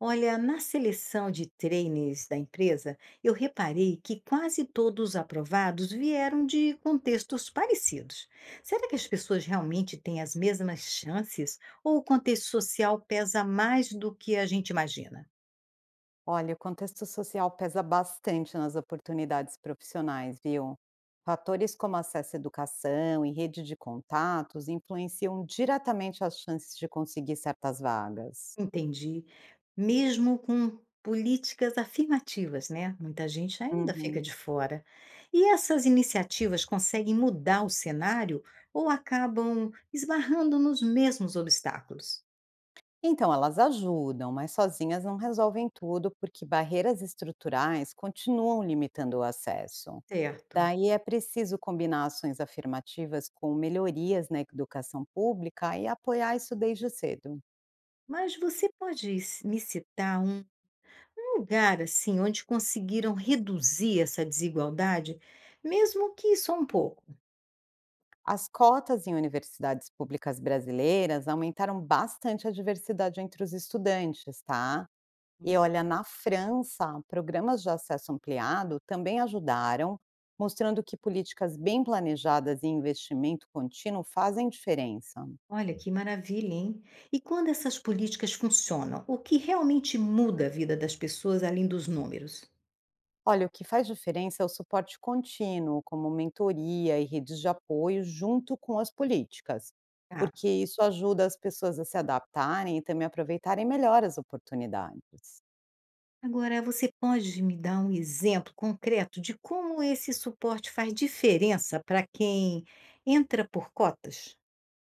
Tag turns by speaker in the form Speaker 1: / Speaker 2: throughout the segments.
Speaker 1: Olha, na seleção de trainees da empresa, eu reparei que quase todos os aprovados vieram de contextos parecidos. Será que as pessoas realmente têm as mesmas chances ou o contexto social pesa mais do que a gente imagina?
Speaker 2: Olha, o contexto social pesa bastante nas oportunidades profissionais, viu? Fatores como acesso à educação e rede de contatos influenciam diretamente as chances de conseguir certas vagas.
Speaker 1: Entendi. Mesmo com políticas afirmativas, né? Muita gente ainda fica
Speaker 2: Uhum.
Speaker 1: de fora. E essas iniciativas conseguem mudar o cenário ou acabam esbarrando nos mesmos obstáculos?
Speaker 2: Então, elas ajudam, mas sozinhas não resolvem tudo porque barreiras estruturais continuam limitando o acesso.
Speaker 1: Certo.
Speaker 2: Daí é preciso combinar ações afirmativas com melhorias na educação pública e apoiar isso desde cedo.
Speaker 1: Mas você pode ci me citar um lugar, assim, onde conseguiram reduzir essa desigualdade, mesmo que só um pouco?
Speaker 2: As cotas em universidades públicas brasileiras aumentaram bastante a diversidade entre os estudantes, tá?
Speaker 1: Hum.
Speaker 2: E olha, na França, programas de acesso ampliado também ajudaram, mostrando que políticas bem planejadas e investimento contínuo fazem diferença.
Speaker 1: Olha, que maravilha, hein. E quando essas políticas funcionam, o que realmente muda a vida das pessoas além dos números?
Speaker 2: Olha, o que faz diferença é o suporte contínuo, como mentoria e redes de apoio junto com as políticas,
Speaker 1: Tá.
Speaker 2: porque isso ajuda as pessoas a se adaptarem e também aproveitarem melhor as oportunidades.
Speaker 1: Agora você pode me dar um exemplo concreto de como esse suporte faz diferença para quem entra por cotas?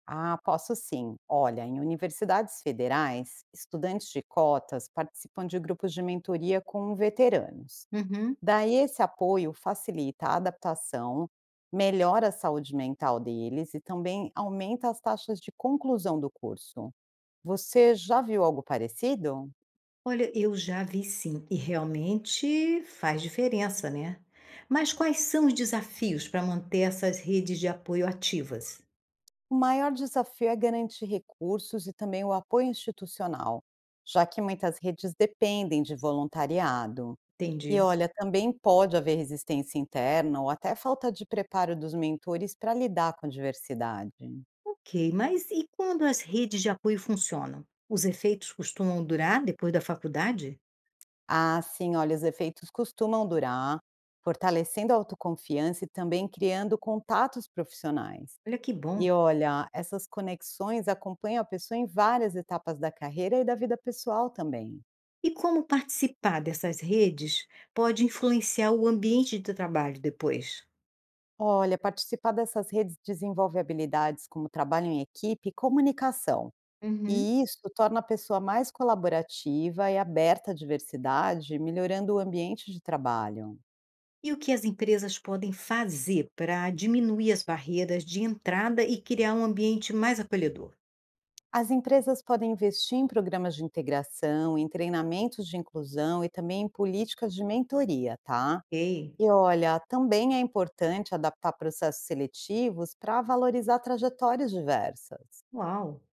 Speaker 2: Ah, posso sim. Olha, em universidades federais, estudantes de cotas participam de grupos de mentoria com veteranos.
Speaker 1: Uhum.
Speaker 2: Daí, esse apoio facilita a adaptação, melhora a saúde mental deles e também aumenta as taxas de conclusão do curso. Você já viu algo parecido?
Speaker 1: Olha, eu já vi sim, e realmente faz diferença, né? Mas quais são os desafios para manter essas redes de apoio ativas?
Speaker 2: O maior desafio é garantir recursos e também o apoio institucional, já que muitas redes dependem de voluntariado. E
Speaker 1: Entendi.
Speaker 2: olha, também pode haver resistência interna ou até falta de preparo dos mentores para lidar com a diversidade.
Speaker 1: Ok, mas e quando as redes de apoio funcionam? Os efeitos costumam durar depois da faculdade?
Speaker 2: Ah, sim, olha, os efeitos costumam durar, fortalecendo a autoconfiança e também criando contatos profissionais.
Speaker 1: Olha, que bom.
Speaker 2: E olha, essas conexões acompanham a pessoa em várias etapas da carreira e da vida pessoal também.
Speaker 1: E como participar dessas redes pode influenciar o ambiente de trabalho depois?
Speaker 2: Olha, participar dessas redes desenvolve habilidades como trabalho em equipe e comunicação.
Speaker 1: Uhum.
Speaker 2: E isso torna a pessoa mais colaborativa e aberta à diversidade, melhorando o ambiente de trabalho.
Speaker 1: E o que as empresas podem fazer para diminuir as barreiras de entrada e criar um ambiente mais acolhedor?
Speaker 2: As empresas podem investir em programas de integração, em treinamentos de inclusão e também em políticas de mentoria, tá?
Speaker 1: Ok,
Speaker 2: E olha, também é importante adaptar processos seletivos para valorizar trajetórias diversas.
Speaker 1: uau!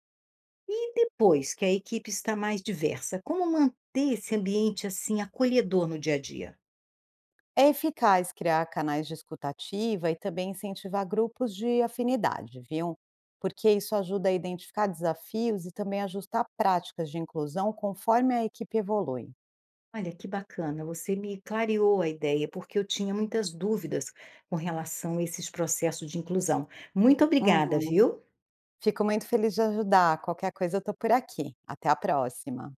Speaker 1: E depois que a equipe está mais diversa, como manter esse ambiente assim acolhedor no dia a dia?
Speaker 2: É eficaz criar canais de escuta e também incentivar grupos de afinidade, viu? Porque isso ajuda a identificar desafios e também ajustar práticas de inclusão conforme a equipe evolui.
Speaker 1: Olha, que bacana, você me clareou a ideia, porque eu tinha muitas dúvidas com relação a esses processos de inclusão. Muito obrigada,
Speaker 2: Uhum.
Speaker 1: viu?
Speaker 2: Fico muito feliz de ajudar. Qualquer coisa, eu estou por aqui. Até a próxima.